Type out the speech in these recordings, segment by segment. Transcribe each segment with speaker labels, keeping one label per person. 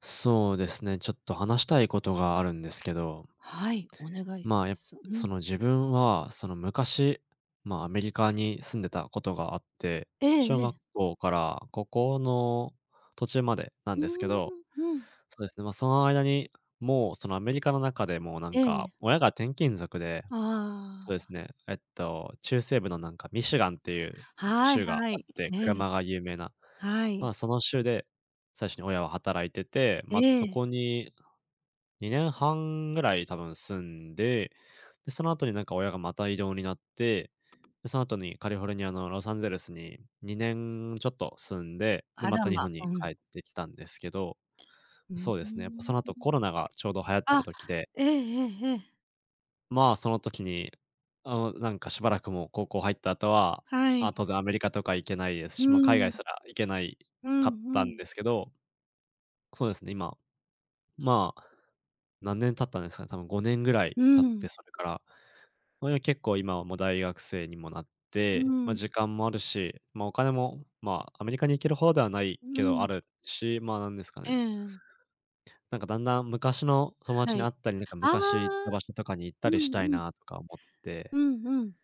Speaker 1: そうですね、ちょっと話したいことがあるんですけど、
Speaker 2: はい、お願いし
Speaker 1: ま
Speaker 2: ま
Speaker 1: あ、やっ
Speaker 2: す。う
Speaker 1: そ
Speaker 2: ん。
Speaker 1: の自分は、その昔、まあ、アメリカに住んでたことがあって、
Speaker 2: ええ
Speaker 1: 小
Speaker 2: え
Speaker 1: 学
Speaker 2: え。
Speaker 1: 校から高校の途中までなん
Speaker 2: うー
Speaker 1: ですけど、
Speaker 2: ん、うん。
Speaker 1: そうですね、まあ、その間に、もうそのアメリカの中でもうなん
Speaker 2: え
Speaker 1: か、
Speaker 2: え。
Speaker 1: 親が転勤族で、そうで
Speaker 2: あ
Speaker 1: すね、中西部のなんかミシガンっていう
Speaker 2: あ、はい
Speaker 1: 州があ
Speaker 2: は
Speaker 1: っ
Speaker 2: い。
Speaker 1: て、
Speaker 2: ええ、
Speaker 1: 車が有名な。
Speaker 2: は
Speaker 1: まあ、
Speaker 2: い。
Speaker 1: その州で最初に親は働いてて、
Speaker 2: え
Speaker 1: まずそ
Speaker 2: え。
Speaker 1: こに2年半ぐらい多分住んで、で、その後になんか親がまた異動になって、で、その後にカリフォルニアのロサンゼルスに2年ちょっと住んで、で、
Speaker 2: あ
Speaker 1: ま
Speaker 2: ら
Speaker 1: た日
Speaker 2: ま、
Speaker 1: 本に
Speaker 2: うん。
Speaker 1: 帰ってきたんですけど、
Speaker 2: うー
Speaker 1: そうですね、やっぱそ
Speaker 2: ん。
Speaker 1: の後コロナがちょうど流行った
Speaker 2: あ、
Speaker 1: 時で、
Speaker 2: ええええええ。
Speaker 1: まあ、その時に、あの、なんかしばらくもう高校入った後は、
Speaker 2: は
Speaker 1: あ、
Speaker 2: い。
Speaker 1: 当然アメリカとか行けないです
Speaker 2: う
Speaker 1: し、ま、海外
Speaker 2: ん。
Speaker 1: すら行けない
Speaker 2: うん
Speaker 1: かっ
Speaker 2: う
Speaker 1: たん
Speaker 2: ん。
Speaker 1: ですけど、そうですね、今、まあ、何年経ったんですかね、多分5年ぐらい
Speaker 2: う
Speaker 1: 経っ
Speaker 2: ん。
Speaker 1: て、それからそれが結構今はもう大学生にもなっ
Speaker 2: う
Speaker 1: て、まあ、
Speaker 2: ん。
Speaker 1: 時間もあるし、まあ、お金も、まあ、アメリカに行ける方ではない
Speaker 2: う
Speaker 1: けどあ
Speaker 2: ん。
Speaker 1: るし、まあ、なんですか
Speaker 2: え
Speaker 1: ね、
Speaker 2: え。
Speaker 1: なんかだんだん昔の友達
Speaker 2: は
Speaker 1: に
Speaker 2: い。
Speaker 1: 会ったり、なんか
Speaker 2: ああ、
Speaker 1: 昔行った場所とかに行っ
Speaker 2: う
Speaker 1: たりし
Speaker 2: ん
Speaker 1: たい
Speaker 2: う
Speaker 1: な
Speaker 2: ん。
Speaker 1: とか思って、
Speaker 2: うんうん。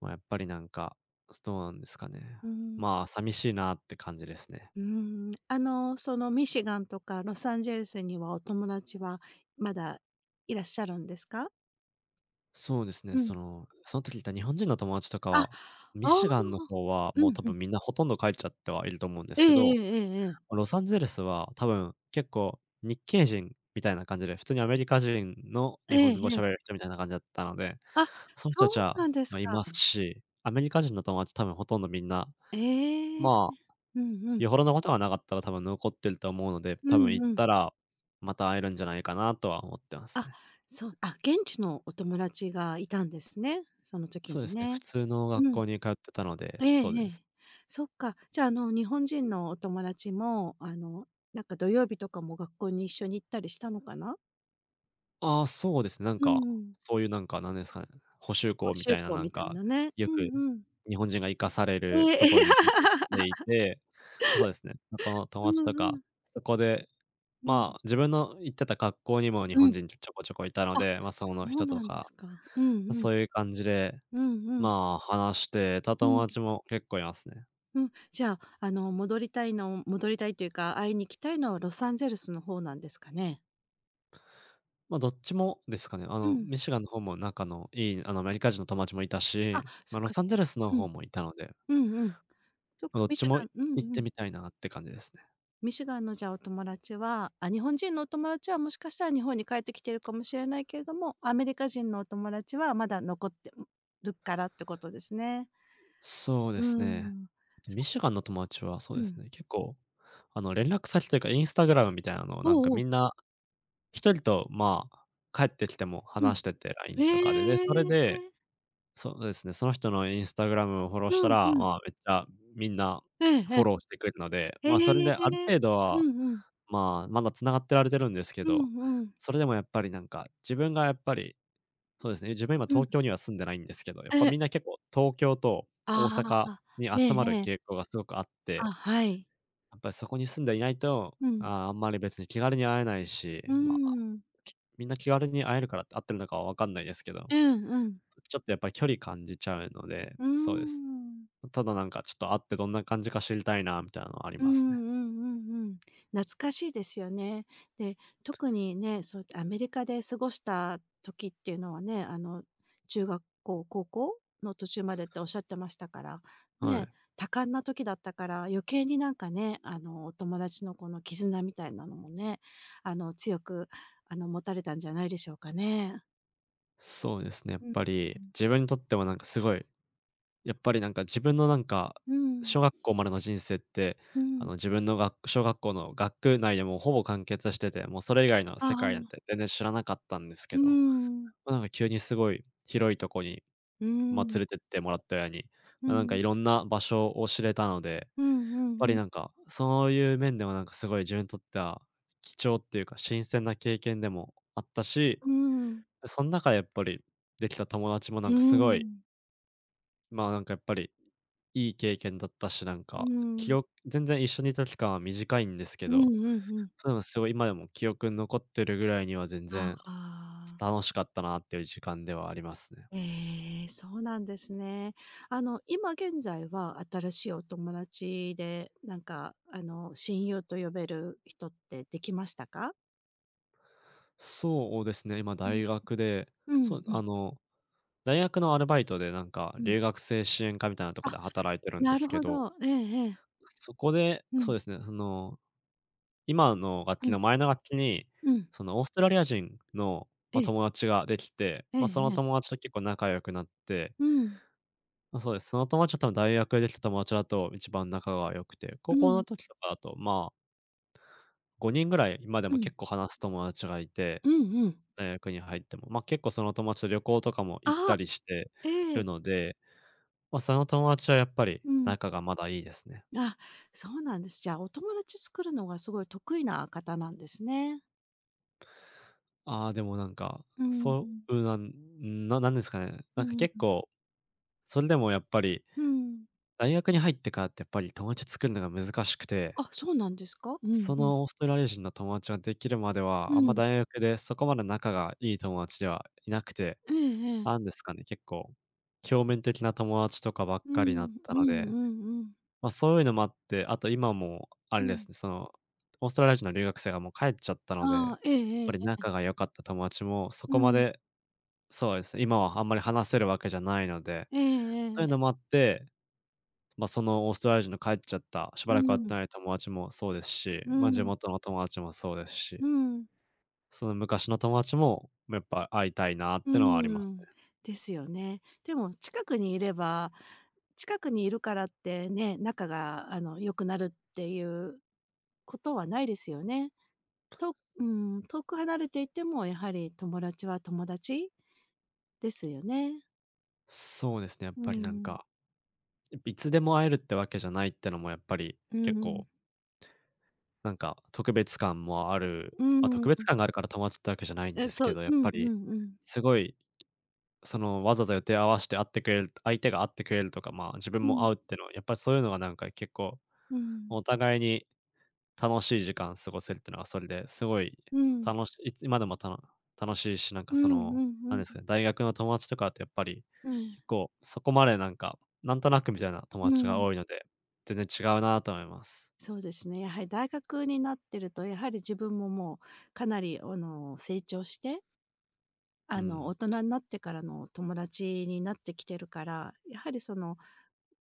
Speaker 1: まあ、やっぱりなんか、そうなんですかね。
Speaker 2: うーん。
Speaker 1: まあ、寂しいなって感じですね。
Speaker 2: うーん。そのミシガンとかロサンゼルスにはお友達はまだいらっしゃるんですか？
Speaker 1: そうですね、
Speaker 2: う
Speaker 1: そ
Speaker 2: ん。
Speaker 1: の、その時いた日本人の友達とか
Speaker 2: あ、
Speaker 1: は、ミ
Speaker 2: あ
Speaker 1: シガンの
Speaker 2: あ。
Speaker 1: 方は
Speaker 2: う
Speaker 1: もう
Speaker 2: ん
Speaker 1: 多
Speaker 2: うん。
Speaker 1: 分みんなほとんど帰っちゃってはいると思うんで
Speaker 2: え
Speaker 1: す
Speaker 2: え
Speaker 1: け
Speaker 2: ええ
Speaker 1: ど、
Speaker 2: ええええ。
Speaker 1: ロサンゼルスは多分、結構日系人みたいな感じで、普通にアメリカ人の
Speaker 2: え
Speaker 1: 日本
Speaker 2: え
Speaker 1: 語
Speaker 2: え
Speaker 1: 喋れる
Speaker 2: え。
Speaker 1: 人みたいな感じだったので、
Speaker 2: あ、
Speaker 1: その
Speaker 2: そ
Speaker 1: 人たち
Speaker 2: う
Speaker 1: は、
Speaker 2: なんです
Speaker 1: ま、い
Speaker 2: か。
Speaker 1: ますし、アメリカ人の友達多分ほとんどみんな、
Speaker 2: ええ。
Speaker 1: まあ、
Speaker 2: うんうん。
Speaker 1: よほどのことがなかったら多分残ってると思うので、
Speaker 2: う
Speaker 1: 多分
Speaker 2: ん
Speaker 1: 行っ
Speaker 2: うん。
Speaker 1: たら、また会えるんじゃないかなとは思ってます
Speaker 2: あ、
Speaker 1: ね。
Speaker 2: そう、あ、現地のお友達がいたんですね、その時
Speaker 1: そうで
Speaker 2: に
Speaker 1: すね、普
Speaker 2: ね。
Speaker 1: 通の
Speaker 2: う
Speaker 1: 学
Speaker 2: ん。
Speaker 1: 校に通ってたので、
Speaker 2: ええ
Speaker 1: そう
Speaker 2: え
Speaker 1: です
Speaker 2: え。
Speaker 1: ね。
Speaker 2: そっか、じゃあ、日本人のお友達も、なんか土曜日とかも学校に一緒に行ったりしたのかな？
Speaker 1: ああ、そうですね。なん
Speaker 2: う
Speaker 1: か、
Speaker 2: ん。
Speaker 1: そういうなんか、なんですかね、補修
Speaker 2: 講
Speaker 1: 校みた
Speaker 2: 習
Speaker 1: いな
Speaker 2: 校
Speaker 1: なん
Speaker 2: みたい
Speaker 1: か、
Speaker 2: なね。
Speaker 1: よ
Speaker 2: う
Speaker 1: く
Speaker 2: んうん。
Speaker 1: 日本人が生かされる
Speaker 2: ええ。
Speaker 1: とこに行って いて、そうですね、まこの友
Speaker 2: う
Speaker 1: 達と
Speaker 2: んう
Speaker 1: か、
Speaker 2: ん。
Speaker 1: そこで、
Speaker 2: うん。
Speaker 1: まあ、自分の行ってた学校にも日
Speaker 2: う
Speaker 1: 本
Speaker 2: ん。
Speaker 1: 人ちょこちょこいたの
Speaker 2: あ、
Speaker 1: で、まあ、そ
Speaker 2: そ
Speaker 1: の
Speaker 2: う
Speaker 1: 人と
Speaker 2: なんで
Speaker 1: か、
Speaker 2: すか。うんうん。
Speaker 1: そういう感じで、
Speaker 2: うんうん。
Speaker 1: まあ、話してた
Speaker 2: うん
Speaker 1: 友達も結構いますね。
Speaker 2: うん。じゃあ、戻りたいの戻りたいというか、会いに行きたいのはロサンゼルスの方なんですかね？
Speaker 1: まあ、どっちもですかね。あ
Speaker 2: う
Speaker 1: の、
Speaker 2: ん。
Speaker 1: ミシガンの方も仲のいい、あの、アメリカ人の友達もいた
Speaker 2: あ、
Speaker 1: し、ま
Speaker 2: そ
Speaker 1: あ、
Speaker 2: っ
Speaker 1: ロ
Speaker 2: かそ
Speaker 1: サ
Speaker 2: っ
Speaker 1: ンゼル
Speaker 2: か。
Speaker 1: スの
Speaker 2: うん。
Speaker 1: 方もいたので。
Speaker 2: うんうん。そっ
Speaker 1: ま
Speaker 2: か、
Speaker 1: どっ
Speaker 2: ミシ
Speaker 1: ちも
Speaker 2: ガンうん
Speaker 1: 行っ
Speaker 2: う
Speaker 1: て
Speaker 2: ん。
Speaker 1: みたいなって感じですね。
Speaker 2: ミシガンのじゃあ、お友達はあ、日本人のお友達はもしかしたら日本に帰ってきてるかもしれないけれども、アメリカ人のお友達はまだ残ってるからってことですね。
Speaker 1: そう
Speaker 2: う
Speaker 1: です
Speaker 2: ー
Speaker 1: ね。
Speaker 2: ん。そ
Speaker 1: ミシガンの友達はそう
Speaker 2: う
Speaker 1: です
Speaker 2: ん。
Speaker 1: ね、結構、あの、連絡先というか、インスタグラムみたいなのをなんか
Speaker 2: おおお
Speaker 1: みんな一人と、まあ、帰ってきても
Speaker 2: う
Speaker 1: 話
Speaker 2: ん。
Speaker 1: してて、
Speaker 2: え
Speaker 1: LINE とかで。で、それ
Speaker 2: え。
Speaker 1: で、そうですね、その人のインスタグラムをフォロー
Speaker 2: う
Speaker 1: した
Speaker 2: ん
Speaker 1: ら、
Speaker 2: うん。
Speaker 1: まあ、めっちゃみんな
Speaker 2: ええ
Speaker 1: フ
Speaker 2: え
Speaker 1: ォローしてくれるので、
Speaker 2: え。
Speaker 1: まあ、それ
Speaker 2: へ
Speaker 1: である
Speaker 2: え。
Speaker 1: 程度
Speaker 2: う
Speaker 1: は、
Speaker 2: んうん。
Speaker 1: まあ、まだ繋がってられてるんですけ
Speaker 2: う
Speaker 1: ど、
Speaker 2: んうん。
Speaker 1: それでもやっぱりなんか、自分がやっぱりそうですね。自分今
Speaker 2: うん。
Speaker 1: 東京には住んでないんですけど、やっぱ
Speaker 2: ええ。
Speaker 1: みんな結構東京と大
Speaker 2: あ
Speaker 1: 阪
Speaker 2: あ。
Speaker 1: に
Speaker 2: え
Speaker 1: 集
Speaker 2: え
Speaker 1: まる
Speaker 2: ええ。
Speaker 1: 傾向がすごくあって、
Speaker 2: あ、はい。
Speaker 1: やっぱりそこに住んでいないと、
Speaker 2: うん。
Speaker 1: あーあんまり別に気軽に会えないし、
Speaker 2: うー
Speaker 1: まあ、
Speaker 2: ん。
Speaker 1: きみんな気軽に会えるからって合ってるのかはわかんないですけど、
Speaker 2: うんうん。
Speaker 1: ちょっとやっぱり距離感じちゃうので、
Speaker 2: うー
Speaker 1: そうです。
Speaker 2: ん。
Speaker 1: ただなんかちょっと会ってどんな感じか知りたいなみたいなのはあり
Speaker 2: うんう
Speaker 1: ますね。
Speaker 2: んうんうん。懐かしいですよね。で、特にね、そうやってアメリカで過ごした時っていうのはね、中学校、高校の途中までっておっしゃってましたから、
Speaker 1: は
Speaker 2: ね、
Speaker 1: い。
Speaker 2: 多感な時だったから余計になんかね、お友達のこの絆みたいなのもね、強く、持たれたんじゃないでしょうかね。
Speaker 1: そうですね、やっ
Speaker 2: うん、
Speaker 1: ぱ
Speaker 2: う
Speaker 1: り
Speaker 2: ん。
Speaker 1: 自分にとってもなんかすごいやっぱりなんか自分のなんか、
Speaker 2: うん、
Speaker 1: 小学校までの人生って、
Speaker 2: う
Speaker 1: あ
Speaker 2: ん。
Speaker 1: の自分のが小学校の学区内でもうほぼ完結してて、もうそれ以外の世
Speaker 2: あ
Speaker 1: 界なんて
Speaker 2: あ、
Speaker 1: 全然知らなかったんですけ
Speaker 2: う
Speaker 1: ど、
Speaker 2: ん。
Speaker 1: ま、なんか急にすごい広いとこに、
Speaker 2: う
Speaker 1: ま、
Speaker 2: ん。
Speaker 1: 連れてってもらったように、
Speaker 2: う
Speaker 1: ま、なんか
Speaker 2: ん。
Speaker 1: いろんな場所を知れたので、やっ
Speaker 2: うんうん
Speaker 1: ぱ
Speaker 2: う
Speaker 1: り
Speaker 2: ん。
Speaker 1: なんか、そういう面でもなんかすごい自分にとっては、貴重っていうか新鮮な経験でもあったし、そん中でやっぱりできた友達もな
Speaker 2: う
Speaker 1: ん
Speaker 2: ー
Speaker 1: かすごい、
Speaker 2: ん。
Speaker 1: まあ、なんかやっぱりいい経験だったし、なん
Speaker 2: うー
Speaker 1: か、記
Speaker 2: ん。
Speaker 1: 憶全然一緒にいた期間は短いんですけ
Speaker 2: うんう
Speaker 1: ど、
Speaker 2: んうん。
Speaker 1: そういうのすごい今でも記憶に残ってるぐらいには全
Speaker 2: あ
Speaker 1: 然
Speaker 2: あ。
Speaker 1: 楽しかったなっていう時間ではありますね。
Speaker 2: ええ、そうなんですね。今現在は新しいお友達で、なんか、親友と呼べる人ってできましたか？
Speaker 1: そうですね、今
Speaker 2: うん。
Speaker 1: 大学で、
Speaker 2: う
Speaker 1: そ
Speaker 2: ん
Speaker 1: う、
Speaker 2: うん、
Speaker 1: あの、大学のアルバイトでなんか
Speaker 2: うん。
Speaker 1: 留学生支援課みたいなとこ
Speaker 2: あ、
Speaker 1: ろで働いてるんで
Speaker 2: な
Speaker 1: す
Speaker 2: る
Speaker 1: け
Speaker 2: ほ
Speaker 1: ど、
Speaker 2: ど。ええええ。
Speaker 1: そこで、
Speaker 2: う
Speaker 1: そ
Speaker 2: ん、
Speaker 1: うですね、その、今の楽
Speaker 2: う
Speaker 1: 器
Speaker 2: ん、
Speaker 1: の前の楽器に、
Speaker 2: うん。
Speaker 1: そのオーストラリア人の、
Speaker 2: え
Speaker 1: まあ、
Speaker 2: え、
Speaker 1: 友達ができて、
Speaker 2: ええ
Speaker 1: まあ、その
Speaker 2: ええ。
Speaker 1: 友達と結構仲良くなって
Speaker 2: うん、
Speaker 1: まあ、そうです。その友達は多分大学でできた友達だと一番仲が良くて、
Speaker 2: う
Speaker 1: 高校
Speaker 2: ん、
Speaker 1: の時とかだと、まあ、5人ぐらい今で
Speaker 2: う
Speaker 1: も
Speaker 2: ん、
Speaker 1: 結構話す友達がいて、
Speaker 2: うんうん。
Speaker 1: 大学に入っても、ま、あ結構その友達と旅行とかも行っ
Speaker 2: あ、
Speaker 1: たりして
Speaker 2: ええ、
Speaker 1: るので、ま、あその友達はやっぱり
Speaker 2: うん。
Speaker 1: 仲がまだいいですね。
Speaker 2: あ、そうなんです。じゃあ、お友達作るのがすごい得意な方なんですね。
Speaker 1: ああ、でもなんか、
Speaker 2: うん、
Speaker 1: なんですかね、
Speaker 2: う
Speaker 1: なんか
Speaker 2: ん、
Speaker 1: 結構、それでもやっぱり
Speaker 2: うん。
Speaker 1: 大学に入ってからってやっぱり友達作るのが難しくて
Speaker 2: あ、そうなんですか？うん
Speaker 1: そ
Speaker 2: うん。
Speaker 1: のオーストラリア人の友達ができるまで
Speaker 2: う
Speaker 1: は、あんま
Speaker 2: ん。
Speaker 1: 大学でそこまで仲がいい友達ではいなくて、
Speaker 2: えええ
Speaker 1: な
Speaker 2: え。
Speaker 1: んですかね、結構、表面的な友達とかばっ
Speaker 2: う
Speaker 1: かりだっ
Speaker 2: ん、
Speaker 1: た
Speaker 2: う
Speaker 1: の
Speaker 2: ん
Speaker 1: で、
Speaker 2: うんうん。
Speaker 1: まあ、そういうのもあって、あと今もあ
Speaker 2: う
Speaker 1: れで
Speaker 2: ん。
Speaker 1: すね、その、オーストラリア人の留学生がもう帰っちゃったので、や
Speaker 2: あ
Speaker 1: っ
Speaker 2: あ、えええ
Speaker 1: ぱり
Speaker 2: え。
Speaker 1: 仲が良かった友達もそ
Speaker 2: う
Speaker 1: こま
Speaker 2: ん。
Speaker 1: で、そうですね、今はあんまり話せるわけじゃないので、
Speaker 2: え
Speaker 1: そ
Speaker 2: ええ
Speaker 1: ういうの
Speaker 2: え。
Speaker 1: もあって、まあ、そのオーストラリア人の帰っちゃった、しば
Speaker 2: う
Speaker 1: らく
Speaker 2: ん、う
Speaker 1: 会って
Speaker 2: ん、
Speaker 1: ない友達もそうですし、まあ、地元の友達もそうですし
Speaker 2: うん、
Speaker 1: その昔の友達も、やっぱ会いたいなっ
Speaker 2: う
Speaker 1: てのはあります
Speaker 2: ん。
Speaker 1: ね。
Speaker 2: ですよね。でも近くにいれば、近くにいるからってね、仲が良くなるっていうことはないですよね。うん、遠く離れていても、やはり友達は友達ですよね。
Speaker 1: そうですね、やっ
Speaker 2: う
Speaker 1: ぱりなん
Speaker 2: ん。
Speaker 1: か、やっぱいつでも会えるってわけじゃないってのもやっぱり
Speaker 2: う
Speaker 1: 結
Speaker 2: ん。
Speaker 1: 構なんか特別感もある、
Speaker 2: う
Speaker 1: まあ、特
Speaker 2: ん。
Speaker 1: 別感があるから友達ってわけじゃないんで
Speaker 2: え、
Speaker 1: す
Speaker 2: そ
Speaker 1: け
Speaker 2: う。
Speaker 1: ど、やっ
Speaker 2: うん
Speaker 1: ぱ
Speaker 2: う
Speaker 1: り
Speaker 2: んうん。
Speaker 1: すごい、そのわざわざ予定合わして会ってくれる相手が会ってくれるとか、まあ、自
Speaker 2: う
Speaker 1: 分
Speaker 2: ん。
Speaker 1: も会うってのは、やっぱりそういうのがなんか結構
Speaker 2: うん。
Speaker 1: お互いに楽しい時間過ごせるっていうのはそれですごい
Speaker 2: うん。
Speaker 1: 楽しいいつ今でもたの楽しいし、なんか
Speaker 2: う
Speaker 1: そ
Speaker 2: ん
Speaker 1: の、
Speaker 2: う
Speaker 1: なん
Speaker 2: ん
Speaker 1: ですかね、大学の友達とかだとやっぱり、
Speaker 2: うん。え
Speaker 1: 結
Speaker 2: え。
Speaker 1: 構そこまでなんか、なんとなくみたいな
Speaker 2: う
Speaker 1: 友達が
Speaker 2: ん。
Speaker 1: 多いので、全然違うなと思います。
Speaker 2: そうですね。やはり大学になってると、やはり自分ももうかなり、成長して
Speaker 1: うん。
Speaker 2: 大人になってからの友達になってきてるから、やはりその、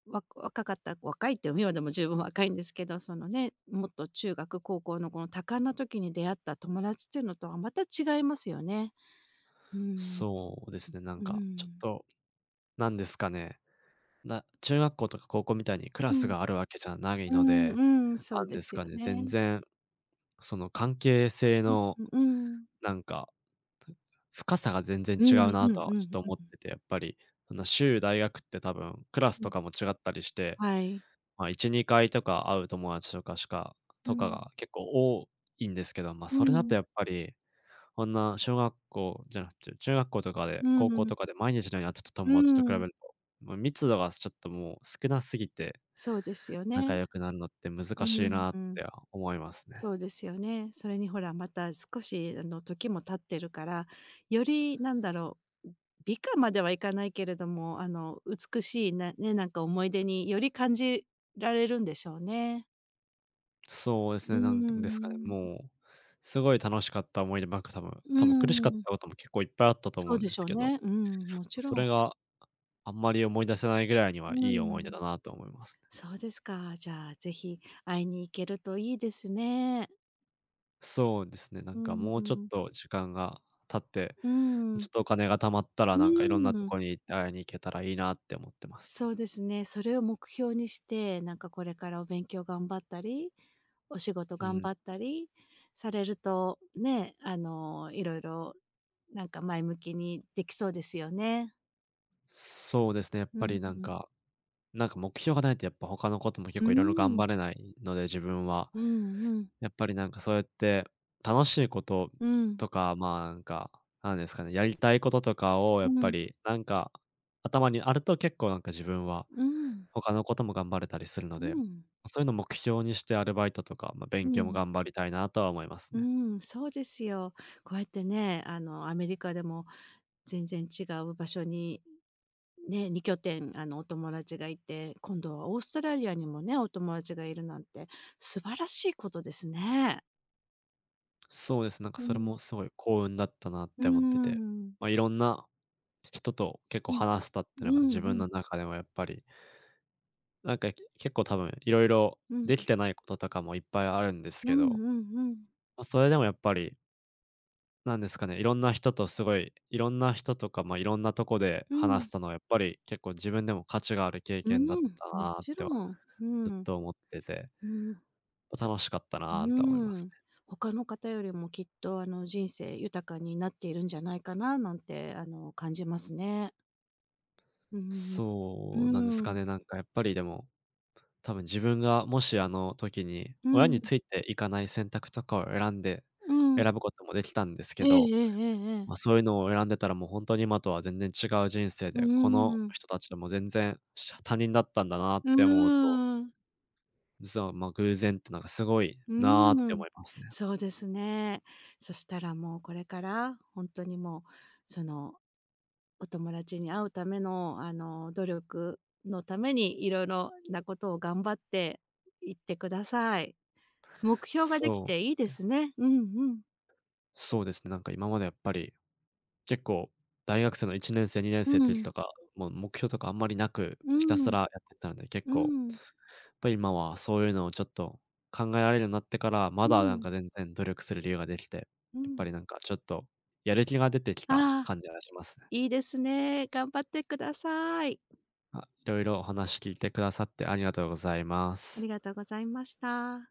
Speaker 2: わ若かった若いって今でも十分若いんですけど、そのね、もっと中学、高校のこの多感な時に出会った友達っていうのとはまた違いますよね。うん、
Speaker 1: そうですね、なん
Speaker 2: う
Speaker 1: かちょっ
Speaker 2: ん。
Speaker 1: と、なんですかね、中学校とか高校みたいにクラ
Speaker 2: う
Speaker 1: ス
Speaker 2: ん。
Speaker 1: があるわけじゃない
Speaker 2: う
Speaker 1: ので、
Speaker 2: ん、うん、そ
Speaker 1: な
Speaker 2: う
Speaker 1: ん
Speaker 2: で
Speaker 1: です
Speaker 2: すよ
Speaker 1: かね、全
Speaker 2: ね。
Speaker 1: 然その関係性の
Speaker 2: うん、うん。
Speaker 1: なんか深さが全然
Speaker 2: う
Speaker 1: 違
Speaker 2: ん
Speaker 1: う
Speaker 2: うん
Speaker 1: なとは
Speaker 2: う
Speaker 1: ちょっ
Speaker 2: ん
Speaker 1: と
Speaker 2: うん
Speaker 1: 思ってて、やっぱり、その州、大学って多分クラス
Speaker 2: う
Speaker 1: と
Speaker 2: ん。
Speaker 1: かも違ったりして、
Speaker 2: はい。
Speaker 1: ま、1、2回とか会う友達
Speaker 2: う
Speaker 1: とか
Speaker 2: ん。
Speaker 1: が結構多いんですけど、まあ、
Speaker 2: う
Speaker 1: それだと
Speaker 2: ん。
Speaker 1: やっぱり、こんな小学校じゃなくて、中学校とかで、
Speaker 2: う
Speaker 1: 高校
Speaker 2: ん。
Speaker 1: とかで毎日のように会ってた
Speaker 2: う
Speaker 1: 友達と比
Speaker 2: ん。
Speaker 1: べると、もう密度がちょっともう少なすぎて、
Speaker 2: そうですよ
Speaker 1: 仲
Speaker 2: ね。
Speaker 1: 良くなるのって難
Speaker 2: う
Speaker 1: しい
Speaker 2: ん、
Speaker 1: なっ
Speaker 2: うん。
Speaker 1: て思いますね。
Speaker 2: そうですよね。それにほら、また少しあの時も経ってるから、よりなんだろう、美化まではいかないけれども、美しいなね、なんか思い出により感じられるんでしょうね。
Speaker 1: そうです
Speaker 2: うー
Speaker 1: ね、なんですかね、
Speaker 2: ん。
Speaker 1: もう、すごい楽しかった思い出ばっか、多分
Speaker 2: う
Speaker 1: 多分苦しかっ
Speaker 2: ん。
Speaker 1: たことも結構いっぱいあったと思
Speaker 2: そ
Speaker 1: う
Speaker 2: う
Speaker 1: ん
Speaker 2: で
Speaker 1: で
Speaker 2: し
Speaker 1: す
Speaker 2: ょう
Speaker 1: けど、
Speaker 2: ね。うん、もちろ
Speaker 1: そ
Speaker 2: ん。
Speaker 1: れがあんまり思い出せないぐらいには
Speaker 2: う
Speaker 1: いい思い出
Speaker 2: ん。
Speaker 1: だなと思いますね。
Speaker 2: そうですか。じゃあ、ぜひ会いに行けるといいですね。
Speaker 1: そうですね、な
Speaker 2: う
Speaker 1: んか
Speaker 2: ん
Speaker 1: も
Speaker 2: う
Speaker 1: うちょっ
Speaker 2: ん。
Speaker 1: と時間が経って、
Speaker 2: うー
Speaker 1: ちょ
Speaker 2: ん。
Speaker 1: っとお金が貯まったら、
Speaker 2: う
Speaker 1: なんかいろん
Speaker 2: ー
Speaker 1: なと
Speaker 2: ん。
Speaker 1: こに行って会いに行けたらいいなって思ってますね。
Speaker 2: そうですね。それを目標にして、なんかこれからお勉強頑張ったり、お仕事
Speaker 1: う
Speaker 2: 頑
Speaker 1: ん。
Speaker 2: 張ったりされると、ね、いろいろなんか前向きにできそうですよね。
Speaker 1: そうですね、やっ
Speaker 2: う
Speaker 1: ぱ
Speaker 2: ん、
Speaker 1: りな
Speaker 2: う
Speaker 1: ん
Speaker 2: ん。
Speaker 1: かなんか目標がないとやっぱ他のことも結
Speaker 2: うー
Speaker 1: 構いろいろ頑
Speaker 2: ん。
Speaker 1: 張れないので、自分は。
Speaker 2: うんうん
Speaker 1: やっぱりなんかそうやって、楽しいこと
Speaker 2: うん。
Speaker 1: とか、まあ、なんか、なんですかね、やりたいこととかを
Speaker 2: う
Speaker 1: やっぱ
Speaker 2: ん。
Speaker 1: り、なんか、頭にあると結構なんか自分は、
Speaker 2: うん。
Speaker 1: 他のことも頑張れたりするの
Speaker 2: う
Speaker 1: で、
Speaker 2: ん。
Speaker 1: そういうのを目標にしてアルバイトとか、まあ、勉
Speaker 2: う
Speaker 1: 強も
Speaker 2: ん。
Speaker 1: 頑張りたいなとは思います
Speaker 2: う
Speaker 1: ね。
Speaker 2: ん、そうですよ。こうやってね、アメリカでも全然違う場所に、ね、2拠点お友達がいて、今度はオーストラリアにもね、お友達がいるなんて素晴らしいことですね。
Speaker 1: そうです、なんか
Speaker 2: う
Speaker 1: それ
Speaker 2: ん。
Speaker 1: もすごい幸運だったなっ
Speaker 2: うー
Speaker 1: て思ってて、
Speaker 2: ん。
Speaker 1: まあ、いろんな人と結構
Speaker 2: うん。
Speaker 1: 話したって
Speaker 2: う
Speaker 1: のが
Speaker 2: ん
Speaker 1: 自分
Speaker 2: うん。
Speaker 1: の中でもやっぱり、なんか、結構多分いろいろ
Speaker 2: うん。
Speaker 1: できてないこととかもいっぱいあるんです
Speaker 2: うん
Speaker 1: けど、
Speaker 2: うんうん。
Speaker 1: ま、それでもやっぱり、なんですかね、いろんな人とすごい、いろんな人とか、ま、いろんなとこで
Speaker 2: う
Speaker 1: 話せ
Speaker 2: ん。
Speaker 1: たのはやっぱり結構自分でも価値がある経
Speaker 2: う
Speaker 1: 験だっ
Speaker 2: ん、
Speaker 1: た
Speaker 2: も
Speaker 1: なっ
Speaker 2: ち
Speaker 1: て
Speaker 2: ろ
Speaker 1: は
Speaker 2: ん。う
Speaker 1: ずっ
Speaker 2: ん。
Speaker 1: と思ってて、
Speaker 2: うん。
Speaker 1: ま、楽しかった
Speaker 2: う
Speaker 1: なとは思いま
Speaker 2: ー
Speaker 1: す
Speaker 2: ん。
Speaker 1: ね。
Speaker 2: 他の方よりもきっと、人生豊かになっているんじゃないかななんて、感じますね。うんう
Speaker 1: そ
Speaker 2: ん
Speaker 1: う
Speaker 2: う
Speaker 1: なんで
Speaker 2: ん。
Speaker 1: す
Speaker 2: う
Speaker 1: か
Speaker 2: ん。
Speaker 1: ね、なんかやっぱりでも、多分自分がもしあの時に親についていかない選ぶこともできたんですけ
Speaker 2: えええ
Speaker 1: ど、
Speaker 2: えええええ。
Speaker 1: ま、そういうのを選んでたらもうほんとに今とは全然違う人生
Speaker 2: うー
Speaker 1: で、この
Speaker 2: ん。
Speaker 1: 人たちとも全然しゃ他人だったんだなっ
Speaker 2: うー
Speaker 1: て思うと
Speaker 2: ん。
Speaker 1: 実は、まあ、偶然ってなんかすごい
Speaker 2: う
Speaker 1: なって
Speaker 2: ーん。
Speaker 1: 思いますね。
Speaker 2: そうですね。そしたらもうこれから、ほんとにもう、その、お友達に会うための、努力のために色々なことを頑張っていってください。目標ができ
Speaker 1: そう
Speaker 2: ていいで
Speaker 1: ですね。
Speaker 2: すね。うんうん。
Speaker 1: そうですね、なんか今までやっぱり、結構大学生の1年生、2年
Speaker 2: う
Speaker 1: 生の時
Speaker 2: ん。
Speaker 1: とか、もう目標とかあんまりなく、
Speaker 2: う
Speaker 1: ひたす
Speaker 2: ん。
Speaker 1: らやってたので、結
Speaker 2: う
Speaker 1: 構、や
Speaker 2: ん。
Speaker 1: っぱり今はそういうのをちょっと考えられるようになってから、ま
Speaker 2: う
Speaker 1: だなん
Speaker 2: ん。
Speaker 1: か全然努力する理由ができて、
Speaker 2: う
Speaker 1: やっぱ
Speaker 2: ん。
Speaker 1: りなんかちょっと、やる気が出てきた
Speaker 2: ああ、
Speaker 1: 感じがしますね。
Speaker 2: いいですね。頑張ってください。
Speaker 1: あ、いろいろお話聞いてくださってありがとうございま
Speaker 2: あり
Speaker 1: す。
Speaker 2: がとうございました。